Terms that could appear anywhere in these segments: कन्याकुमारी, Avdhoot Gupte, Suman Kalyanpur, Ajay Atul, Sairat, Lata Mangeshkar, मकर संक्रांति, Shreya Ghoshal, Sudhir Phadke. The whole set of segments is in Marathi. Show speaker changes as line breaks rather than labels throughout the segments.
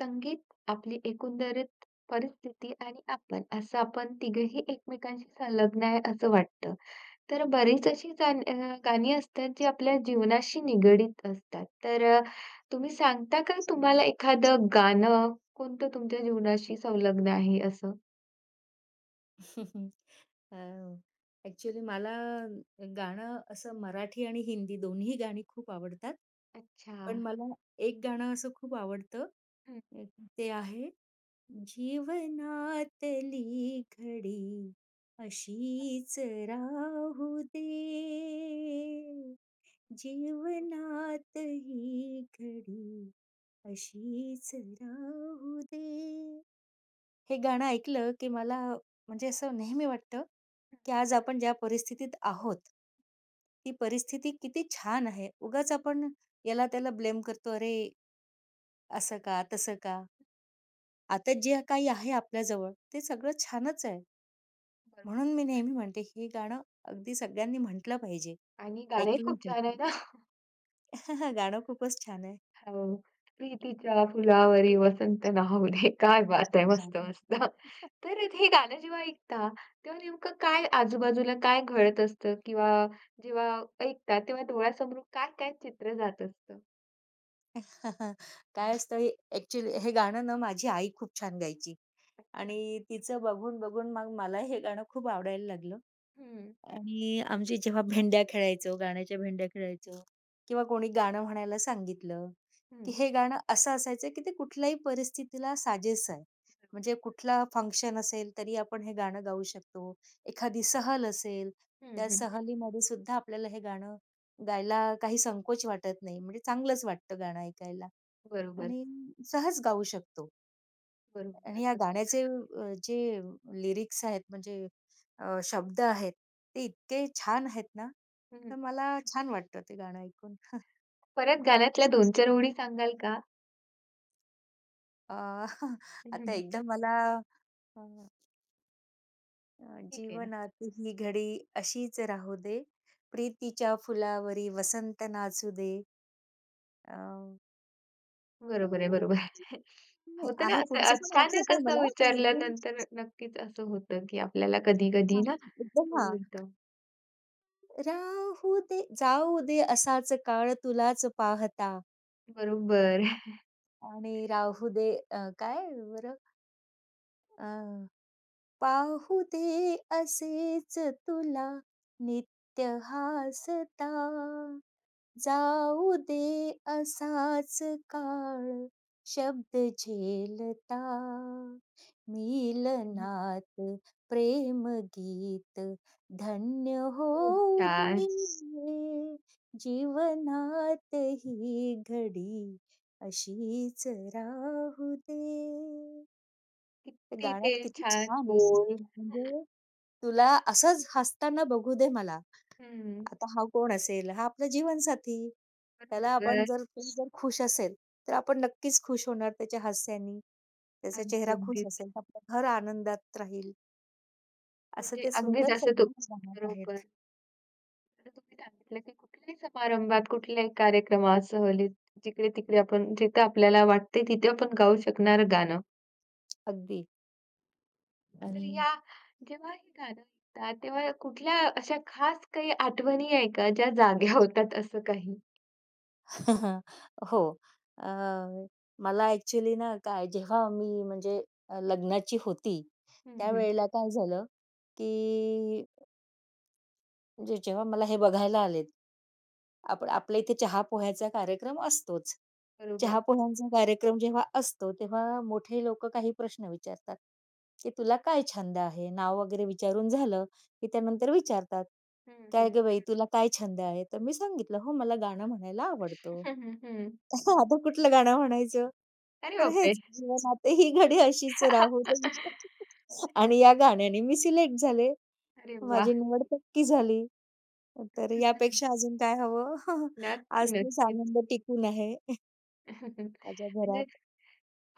संगीत, आपली एकंदरीत परिस्थिती आणि आपण तिघंही एकमेकांशी संलग्न आहे असं वाटतं. तर बरीच अशी गाणी असतात जी आपल्या जीवनाशी निगडीत असतात. तुम्ही सांगता का तुम्हाला एखादं गाणं कोणतं तुमच्या जीवनाशी संलग्न आहे असं?
अ, ॲक्चुअली मला गाणं असं मराठी आणि हिंदी दोन्ही गाणी खूप आवडतात.
अच्छा.
पण मला एक गाणं असं खूप आवडतं.
हं.
अ, ते आहे जीवनातली घडी अशीच राहू दे, जीवनात ही घडी अशीच राहू दे. हे गाणं ऐकलं, की मला म्हणजे असं नेहमी वाटतं, की आज आपण ज्या परिस्थितीत आहोत, ती परिस्थिती किती छान आहे. उगाच आपण याला-त्याला ब्लेम करतो, "अरे, असं का? तसं का?" आता जे काही आहे आपल्याजवळ, ते सगळं छानच आहे.
बरं
म्हणून मी नेहमी म्हणते, हे गाणं अगदी सगळ्यांनी म्हटलं पाहिजे,
आणि गाणंही
ऐकलं
खूप छान आहे
पाहिजे.
ना?
गाणं खूपच छान आहे.
हो. "प्रीतीच्या फुलावरी वसंत नाहू दे." काय बात आहे! मस्त, मस्त. तर हे गाणं जेव्हा ऐकता, तेव्हा नेमकं काय आजूबाजूला काय घडत असतं किंवा जेव्हा ऐकता, तेव्हा डोळ्यासमोर काय-काय चित्र जात असतं?
काय असतं, ऍक्च्युली हे ॲक्चुअली हे गाणं ना माझी आई खूप छान गायची.
अच्छा.
आणि तिचं बघून-बघून मग मला हे गाणं खूप आवडायला लागलं
हं,
आणि आमची जेव्हा भेंड्या खेळायचो, गाण्याच्या भेंड्या खेळायचो किंवा कोणी गाणं म्हणायला सांगितलं, की
हं,
हे गाणं असं असायचं, की ते कुठल्याही परिस्थितीला साजेस आहे. म्हणजे कुठला फंक्शन असेल तरी आपण हे गाणं गाऊ शकतो. एखादी सहल असेल,
हं,
त्या
हं.
सहलीमध्ये सुद्धा आपल्याला हे गाणं गायला काही संकोच वाटत नाही. म्हणजे चांगलंच वाटतं गाणं ऐकायला
बरोबर,
आणि सहज गाऊ शकतो.
बरोबर.
आणि या
अगदी.
गाण्याचे जे लिरिक्स आहेत म्हणजे शब्द आहेत, ते इतके छान आहेत ना, तर
हं.
मला छान वाटतं ते गाणं ऐकून.
परत गाण्यातल्या 2-4 ओळी सांगाल का?
अ, आता
हं,
एकदा मला अ, अ,
ठीक आहे.
जीवनात ही घडी अशीच राहू दे, प्रीतीच्या फुलावरी वसंत नाचू दे. अ,
बरोबर आहे,
अं,
बरोबर आहे.
नाही
होतं ना
आहे
असं
पुढचं पण
अचानक
आठवतंय
असं
मला, पण एकदम
विचारल्यानंतर नक्कीच असं होतं, की
अ,
आपल्याला कधी-कधी
हां,
ना
एकदम हां.
थोडं होतं.
राहू दे, जाऊ दे असाच काळ तुलाच पाहता.
बरोबर.
आणि राहू दे काय बरं? अ, पाहू दे असेच तुला नित्य हासता जाऊ दे असाच काळ शब्द झेलता मिलनात प्रेम गीत धन्य
खूप
होऊ
छान.
दे जीवनात ही घडी अशीच राहू दे. ते
किती
गाण्यात
ते
किती
छान
छान आहे.
बोल.
म्हणजे तुला असंच हसताना बघू दे मला.
हं.
आता हा कोण असेल? हा आपला जीवनसाथी. त्याला आपण
बरोबर.
जर तो जर खुश असेल, तर आपण नक्कीच खुश होणार त्याच्या हास्यानी. त्याचा
अगदी,
चेहरा खुश
अगदीच.
असेल, तर आपलं घर आनंदात राहील. असं
म्हणजे
ते
अगदी
सुंदर
जसं तू
संगीत गाण्यात
बरोबर.
आहेत.
आता तुम्ही सांगितलं, की कुठल्याही समारंभात, कुठल्याही कार्यक्रमात, सहलीत, जिकडे-तिकडे आपण जिथं आपल्याला वाटतंय तिथे आपण गाऊ शकणारं गाणं.
अगदी आणि
तर या जेव्हा हे गाणं ऐकता, तेव्हा कुठल्या अशा खास काही आठवणी आहे का, ज्या जाग्या होतात असं काही?
हो. अ, मला ॲक्चुअली ना काय जेव्हा मी म्हणजे लग्नाची होती,
हं, हं.
त्यावेळेला काय झालं, की म्हणजे जेव्हा मला हे बघायला आलेत. आपण आपल्या इथे चहा-पोह्याचा कार्यक्रम असतोच.
बरोबर.
चहा-पोह्यांचा कार्यक्रम जेव्हा असतो, तेव्हा मोठे लोकं काही प्रश्न विचारतात, की "तुला काय छंद आहे?" नाव वगैरे विचारून झालं, की त्यानंतर विचारतात,
हं,
"काय
हं.
गं बाई, तुला काय छंद आहे?" तर मी सांगितलं, "हो, मला गाणं म्हणायला आवडतं."
हं. हं.
आता कुठलं गाणं म्हणायचं?
अरे
तर
बापरे!
हेच, "जीवनात ही घडी अशीच राहू दे." आणि या गाण्याने मी सिलेक्ट झाले.
अरे वाह!
माझी निवड पक्की झाली. तर यापेक्षा अजून काय हवं?
नक्की,
आज तोच
नक्कीच.
आनंद टिकून आहे माझ्या घरात
म्हणजे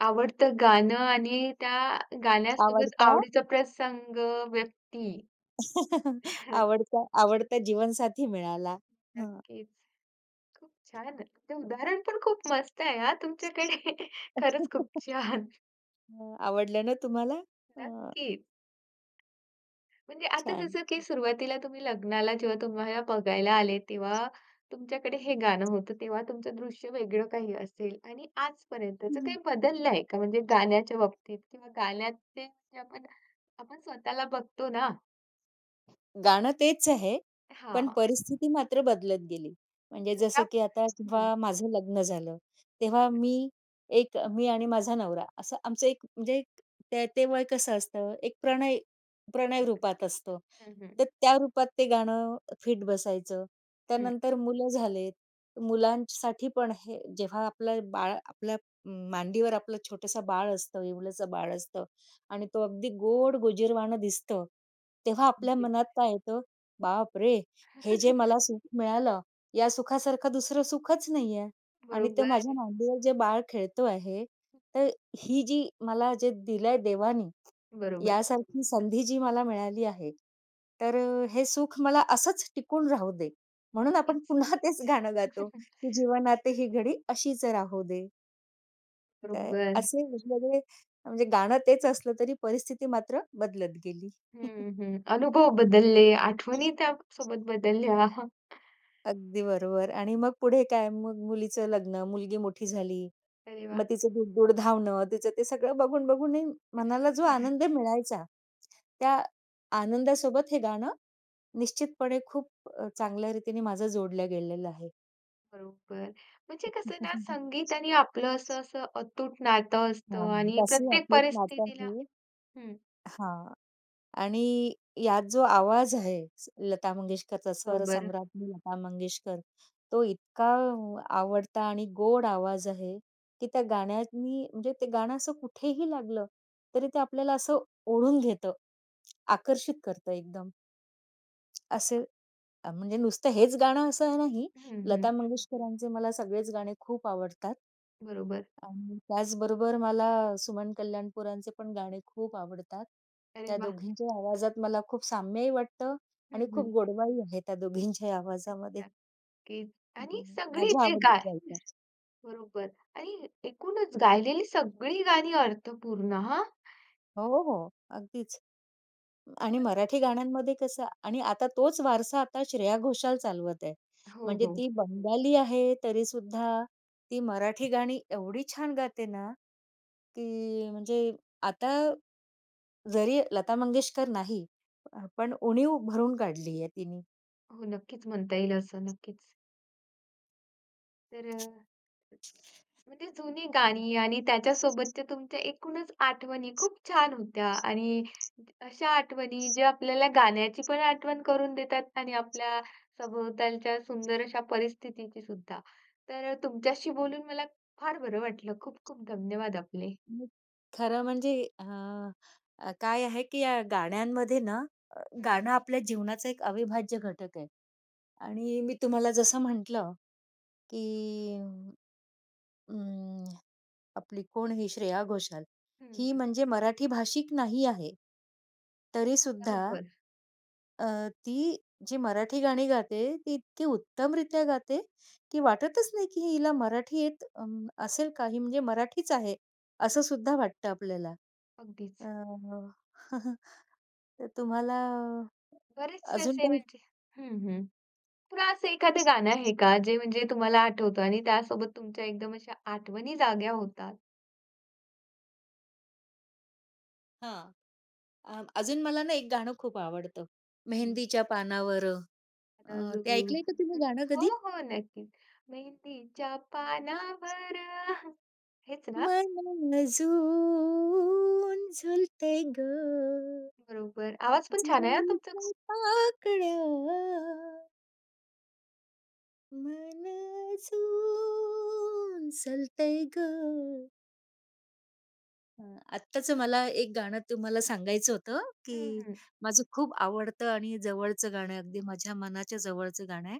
आवडतं गाणं आणि त्या गाण्यासोबत
आवडता
आवडीचा प्रसंग, व्यक्ती.
आवडता आवडता जीवनसाथी मिळाला. हां.
नक्कीच. खूप छान. ते उदाहरण पण खूप मस्त आहे हां तुमच्याकडे.
अ,
खरंच खूप छान.
आवडलं ना तुम्हाला? अ,
नक्कीच. म्हणजे आता
छान.
जसं की सुरुवातीला तुम्ही लग्नाला जेव्हा तुम्हाला बघायला आले, तेव्हा तुमच्याकडे हे गाणं होतं, तेव्हा तुमचं दृश्य वेगळं काही असेल आणि आजपर्यंतचं काही बदललं आहे का? म्हणजे गाण्याच्या बाबतीत किंवा गाण्याचे म्हणजे आपण आपण स्वतःला बघतो ना
गाणं तेच आहे, पण
हां,
परिस्थिती मात्र बदलत गेली. म्हणजे
तशा
जसं की आता
हं.
जेव्हा माझं लग्न झालं, तेव्हा मी एक मी आणि माझा नवरा असं आमचं एक म्हणजे एक ते ते वय कसं असतं, एक प्रणय प्रणय
बरोबर.
रूपात असतो.
हं, हं.
तर त्या रूपात ते गाणं फिट बसायचं.
हं.
त्यानंतर मुलं झालेत. मुलांसाठी पण हे जेव्हा आपलं बाळ आपल्या मांडीवर आपलं छोटंसं बाळ असतं, इवलचं बाळ असतं. आणि तो अगदी गोड गोजीरवाणं दिसतं, तेव्हा आपल्या
अगदी.
मनात काय येतं, "बापरे! हे जे मला सुख मिळालं, या सुखासारखं दुसरं सुखच नाहीये आणि ते
बरोबर,
माझ्या मांडीवर जे बाळ खेळतो आहे, तर ही जी मला जे दिलंय देवाने,
बरोबर.
यासारखी संधी जी मला मिळाली आहे, तर हे सुख मला असंच टिकून राहू दे." म्हणून आपण
तेच.
पुन्हा तेच गाणं गातो, की "जीवनात ही घडी अशीच राहू दे." काय
बरोबर.
असे वेगवेगळे म्हणजे गाणं तेच असलं तरी परिस्थिती मात्र बदलत गेली.
हं, हं. अनुभव बदलले, आठवणी त्यासोबत बदलल्या.
अगदी बरोबर आणि मग पुढे काय मग मुलीचं लग्न, मुलगी मोठी झाली.
अरे
मग
वाह!
तिचं दूर-दूर धावणं, तिचं ते सगळं बघून बघून ही मनाला जो आनंद मिळायचा, त्या आनंदासोबत हे गाणं निश्चितपणे खूप चांगल्या रीतीने माझं जोडलं गेलेलं आहे.
बरोबर. म्हणजे कसं ना, संगीत आणि आपलं असं असं अतूट नातं
हां,
असतं आणि
तशी
प्रत्येक
आपली नातं
परिस्थितीला
हे
हं,
हां. आणि यात जो आवाज आहे, लता मंगेशकरचा
बरोबर.
स्वरसम्राज्ञी लता मंगेशकर, तो इतका आवडता आणि गोड आवाज आहे, की त्या गाण्यानी म्हणजे ते गाणं असं कुठेही लागलं, तरी ते आपल्याला असं ओढून घेतं, आकर्षित करतं एकदम. असे म्हणजे नुसतं हेच गाणं असं नाही,
हं, हं.
लता मंगेशकरांचे मला सगळेच गाणे खूप आवडतात.
बरोबर.
आणि त्याचबरोबर मला सुमन कल्याणपुरांचे पण गाणे खूप आवडतात.
अरे
त्या
वाह!
दोघींच्या आवाजात मला खूप साम्यही वाटतं आणि
हं,
खूप
हं.
गोडवाही आहे त्या दोघींच्याही आवाजामध्ये.
नक्कीच.
हं,
आणि
हं.
सगळी
माझ्या
जी गाय
आवडीचं गायिका.
बरोबर. आणि एकूणच गायलेली सगळी गाणी अर्थपूर्ण हां.
हो, हो. अगदीच. आणि
खरंच.
मराठी गाण्यांमध्ये कसं आणि आता तोच वारसा आता श्रेया घोषाल चालवत आहे.
हो,
म्हणजे
हो.
ती बंगाली आहे, तरी सुद्धा, ती मराठी गाणी एवढी छान गाते ना, की म्हणजे आता जरी लता मंगेशकर नाही, पण उणीव भरून काढली आहे तिने.
हो, नक्कीच म्हणता येईल असं. नक्कीच. तर म्हणजे जुनी गाणी आणि त्याच्यासोबतच्या तुमच्या एकूणच आठवणी खूप छान होत्या आणि अशा आठवणी ज्या आपल्याला गाण्याची पण आठवण करून देतात आणि आपल्या सभोवतालच्या सुंदर अशा परिस्थितीची सुद्धा. तुमच्याशी बोलून मला फार बरं वाटलं. खूप खूप धन्यवाद आपले.
मग खरं म्हणजे अ, अ, काय आहे, की या गाण्यांमध्ये ना
हं,
गाणं आपल्या जीवनाचा एक अविभाज्य घटक आहे. आणि मी तुम्हाला जसं म्हटलं, की अं, आपली कोण ही श्रेया घोषाल.
हं,
ही
हं.
म्हणजे मराठी भाषिक नाही आहे. तरी सुद्धा
बरोबर.
अ, ती जी मराठी गाणी गाते, ती इतकी उत्तमरित्या गाते, की वाटतच नाही की हिला मराठी येत असेल का? ही म्हणजे मराठीच आहे, असं सुद्धा वाटतं आपल्याला.
अगदीच.
अ, तर तुम्हाला
बरेचसे
अजून
असे
काही
म्हणजे हं, हं. पुन्हा असं एखादं गाणं आहे का जे म्हणजे तुम्हाला आठवतं आणि त्यासोबत तुमच्या एकदम अशा आठवणी जाग्या होतात?
हां. अजून मला ना एक गाणं खूप आवडतं,
हं.
मेहंदीच्या पानावर.
राजू.
ते ऐकलंय का तुम्ही गाणं
हो,
कधी?
हो. नक्कीच. मेहंदीच्या पानावर आह. हेच ना?
मन अजून झुलते ग
बरोबर. आवाज पण छान आहे हां तुमचा
जाईच्या
खूप.
पाकड्या मन अजून चलते ग. आत्ताच मला एक गाणं तुम्हाला सांगायचं होतं की
हं, हं.
माझं खूप आवडतं आणि जवळचं गाणं आहे, अगदी माझ्या मनाच्या जवळचं गाणं आहे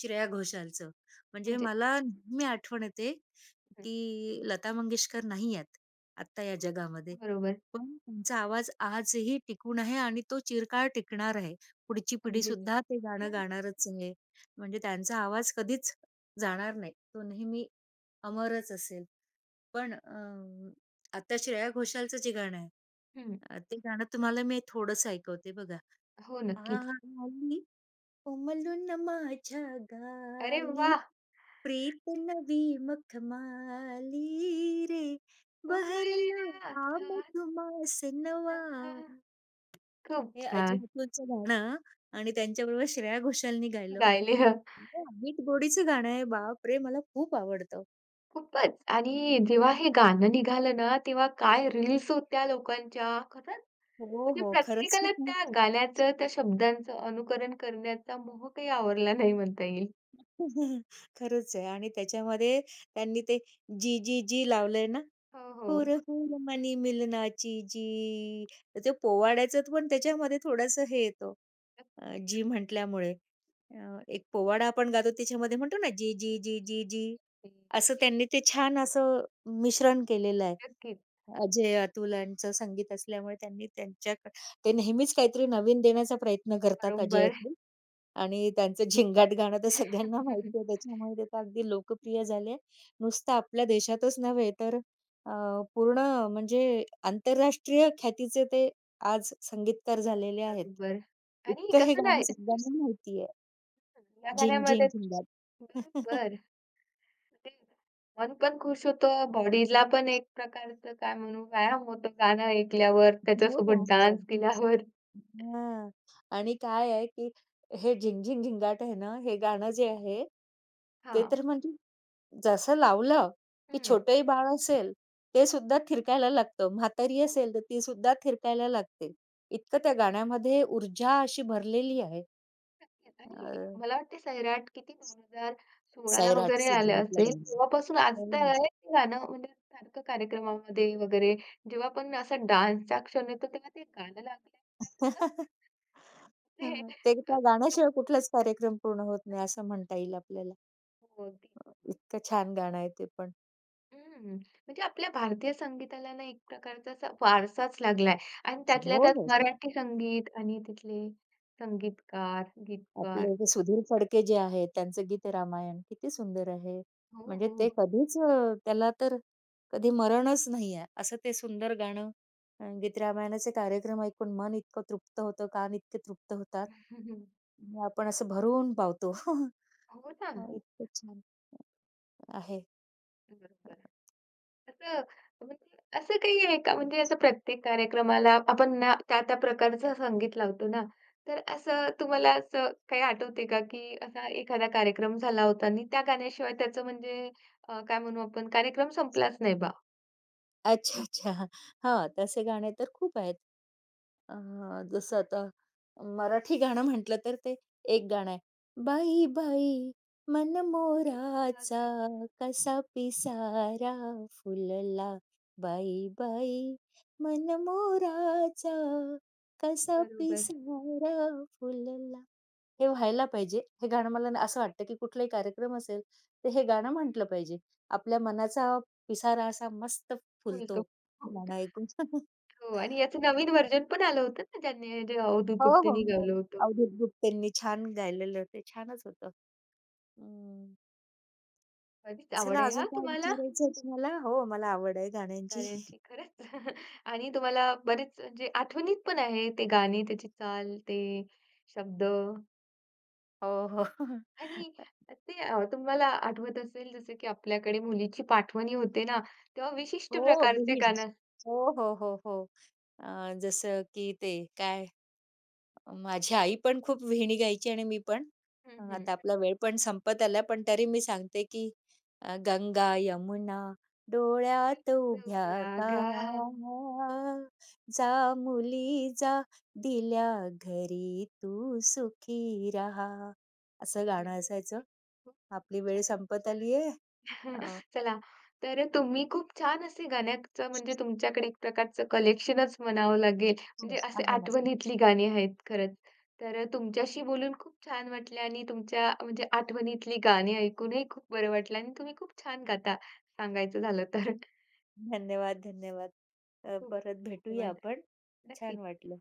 श्रेया घोषालचं म्हणजे
म्हणजे
मला नेहमी आठवण येते
हं.
की लता मंगेशकर नाही आहेत आत्ता या जगामध्ये
बरोबर.
पण तुमचा आवाज आजही टिकून आहे आणि तो चिरकाळ टिकणार आहे. पुढची पिढी
अगदीच.
सुद्धा ते गाणं
हं,
गाणारच आहे. म्हणजे त्यांचा आवाज कधीच जाणार नाही. तो नेहमी अमरच असेल. पण आता श्रेया घोषालचं जे गाणं आहे,
हं.
ते गाणं तुम्हाला मी थोडंसं ऐकवते बघा.
हो, नक्कीच.
आली उमलून माझ्या
अरे
गाली,
वाह!
प्रीत नवी मखमाली रे, बहरला
उमलला
हा
चांदणा.
मधुमास नवा.
खूप
हे अजय
छान
अतुलचं गाणं आणि त्यांच्याबरोबर श्रेया घोषालनी गायलं.
गायले हं.
इतकं अमित गोडीचं गाणं आहे, बापरे! मला खूप आवडतं.
खूपच आणि जेव्हा हे गाणं निघालं ना, तेव्हा काय रील्स होत्या लोकांच्या. खरंच.
हो,
म्हणजे
हो. खरंच
प्रत्येकाला त्या गाण्याचं, त्या शब्दांचं अनुकरण करण्याचा मोह काही आवरला नाही म्हणता येईल.
खरंच आहे आणि त्याच्यामध्ये त्यांनी ते जी, जी, जी लावलंय ना,
हो,
"हुर,
हो.
हुर मनी मिलनाची जी." तर ते पोवाड्याचं पण त्याच्यामध्ये थोडंसं हे येतं जी म्हटल्यामुळे. एक पोवाडा आपण गातो त्याच्यामध्ये म्हणतो ना, जी, जी, जी, जी, जी.
नक्की,
असं त्यांनी ते छान असं मिश्रण केलेलं आहे.
नक्कीच.
अजय अतुलांचं संगीत असल्यामुळे त्यांनी त्यांच्या ते नेहमीच काहीतरी नवीन देण्याचा प्रयत्न करतात अजय
बरोबर.
अतुल आणि त्यांचं झिंगाट गाणं तर सगळ्यांना माहिती आहे. त्याच्यामुळे ते तर अगदी लोकप्रिय झाले. नुसतं आपल्या देशातच नव्हे तर अ, पूर्ण म्हणजे आंतरराष्ट्रीय ख्यातीचे ते आज संगीतकार झालेले आहेत.
बरोबर. आणि
इतकं हे
कसं ना,
गाणं सगळ्यांना माहिती आहे.
या
झिंग, झिंग,
गाण्यामध्ये
झिंगाट.
बरोबर. तेच. मन पण खुश होतं, बॉडीला पण एक प्रकारचं काय म्हणू व्यायाम होतो गाणं ऐकल्यावर,
हो, हो,
त्याच्यासोबत
हो.
डान्स
अगदी.
केल्यावर.
हां. आणि काय आहे, की हे झिंग-झिंग झिंगाट आहे ना, हे गाणं जे आहे, ते
हां.
तर म्हणजे जसं लावलं, की
हं.
छोटंही बाळ असेल, ते सुद्धा थिरकायला लागतं. म्हातारी असेल, तर ती सुद्धा थिरकायला लागते. इतकं त्या गाण्यामध्ये ऊर्जा अशी भरलेली आहे.
नक्कीच आणि
अ,
मला वाटते सैराट किती 2016 ला
सैराट
वगैरे आलं
सिनेमातलं
असेल. तेव्हापासून आज
गाणं.
तर
हं.
आहे ते गाणं म्हणजे सारखं कार्यक्रमामध्ये वगैरे जेव्हा पण असा डान्सचा क्षण येतो तेव्हा ते गाणं लागल्यामुळे ते
हां. ते
अ,
त्या गाण्याशिवाय कुठलाच कार्यक्रम पूर्ण होत नाही, असं म्हणता येईल आपल्याला.
हो अगदी.
इतकं छान गाणं आहे ते पण.
हं. म्हणजे आपल्या भारतीय संगीताला ना एक प्रकारचा असा वारसाच लागलाय आणि त्यातल्या
हो,
त्यात
हो.
मराठी संगीत आणि तिथले संगीतकार, गीतकार.
आपले जे सुधीर फडके जे आहेत, त्यांचं गीतरामायण किती सुंदर आहे.
हो,
म्हणजे ते
हो.
कधीच त्याला तर कधी मरणच नाही आहे. असं ते सुंदर गाणं गीतरामायणाचे कार्यक्रम ऐकून मन इतकं तृप्त होतं, कान इतके तृप्त होतात. आणि आपण असं भरून पावतो.
हो ना.
इतकं छान आहे.
बरोबर. असं म्हणजे असं काही आहे का? म्हणजे आता प्रत्येक कार्यक्रमाला आपण ना त्या-त्या प्रकारचं संगीत लावतो ना, तर असं तुम्हाला असं काही आठवते का, की असा एखादा कार्यक्रम झाला होता आणि त्या गाण्याशिवाय त्याचं म्हणजे काय म्हणू आपण कार्यक्रम संपलाच नाही बा?
अच्छा, अच्छा. हां, तसे गाणे तर खूप आहेत. अ, जसं आता मराठी गाणं म्हटलं तर ते एक गाणं आहे. "बाई बाई मन मोराचा
अच्छा.
कसा पिसारा फुलला, बाई बाई मन मोराचा कसा
बरोबर.
पिसारा फुलला." हे व्हायला पाहिजे. हे गाणं मला ना असं वाटतं, की कुठलाही कार्यक्रम असेल, तर
हं,
हे गाणं
हं.
म्हटलं पाहिजे. आपल्या मनाचा पिसारा असा मस्त फुलतो
फुलतो.
गाणं ऐकून.
हो आणि याचं नवीन व्हर्जन पण आलं होतं ना, ज्यांनी जे अवधूत
हो, हो,
गुप्तेनी
हो.
गायलं होतं.
अवधूत गुप्तेंनी छान गायलेलं ते छानच होतं. हं.
कधीच
चला
आवड आहे
अजून
हां
काय
तुम्हाला?
विचारायचंय तुम्हाला? हो, मला आवड आहे गाण्यांची.
गाण्यांची खरंच आणि तुम्हाला बरेच म्हणजे आठवणीत पण आहे ते गाणे, त्याची चाल, ते शब्द
हो, हो.
आणि ते तुम्हाला आठवत असेल जसं की आपल्याकडे मुलीची पाठवणी होते ना, तेव्हा विशिष्ट
हो,
प्रकारचे
बिलीव्ह.
गाणं
हो, हो, हो, हो. जसं की ते काय माझी आई पण खूप विहिणी गायची आणि मी पण.
हं, हं.
आता आपला वेळ पण संपत आला, पण तरी मी सांगते की गंगा यमुना डोळ्यात उभ्या
उभ्या
का,
घा
जा मुली जा, दिल्या घरी तू सुखी राहा. असं गाणं असायचं.
खूप
आपली वेळ
छान.
संपत आली आहे. अ,
चला, तर तुम्ही खूप छान असे गाण्याचं म्हणजे तुमच्याकडे एक प्रकारचं कलेक्शनच म्हणावं लागेल.
हो,
म्हणजे असे
आहे माझ्याकडे.
आठवणीतली गाणी आहेत खरंच. तर तुमच्याशी बोलून खूप छान वाटले आणि तुमच्या म्हणजे आठवणीतली गाणी ऐकूनही खूप बरं वाटलं आणि तुम्ही खूप छान गाता सांगायचं झालं तर.
धन्यवाद, धन्यवाद.
खूप
परत
खूप
भेटूया
धन्यवाद.
आपण. छान
नक्कीच.
वाटलं.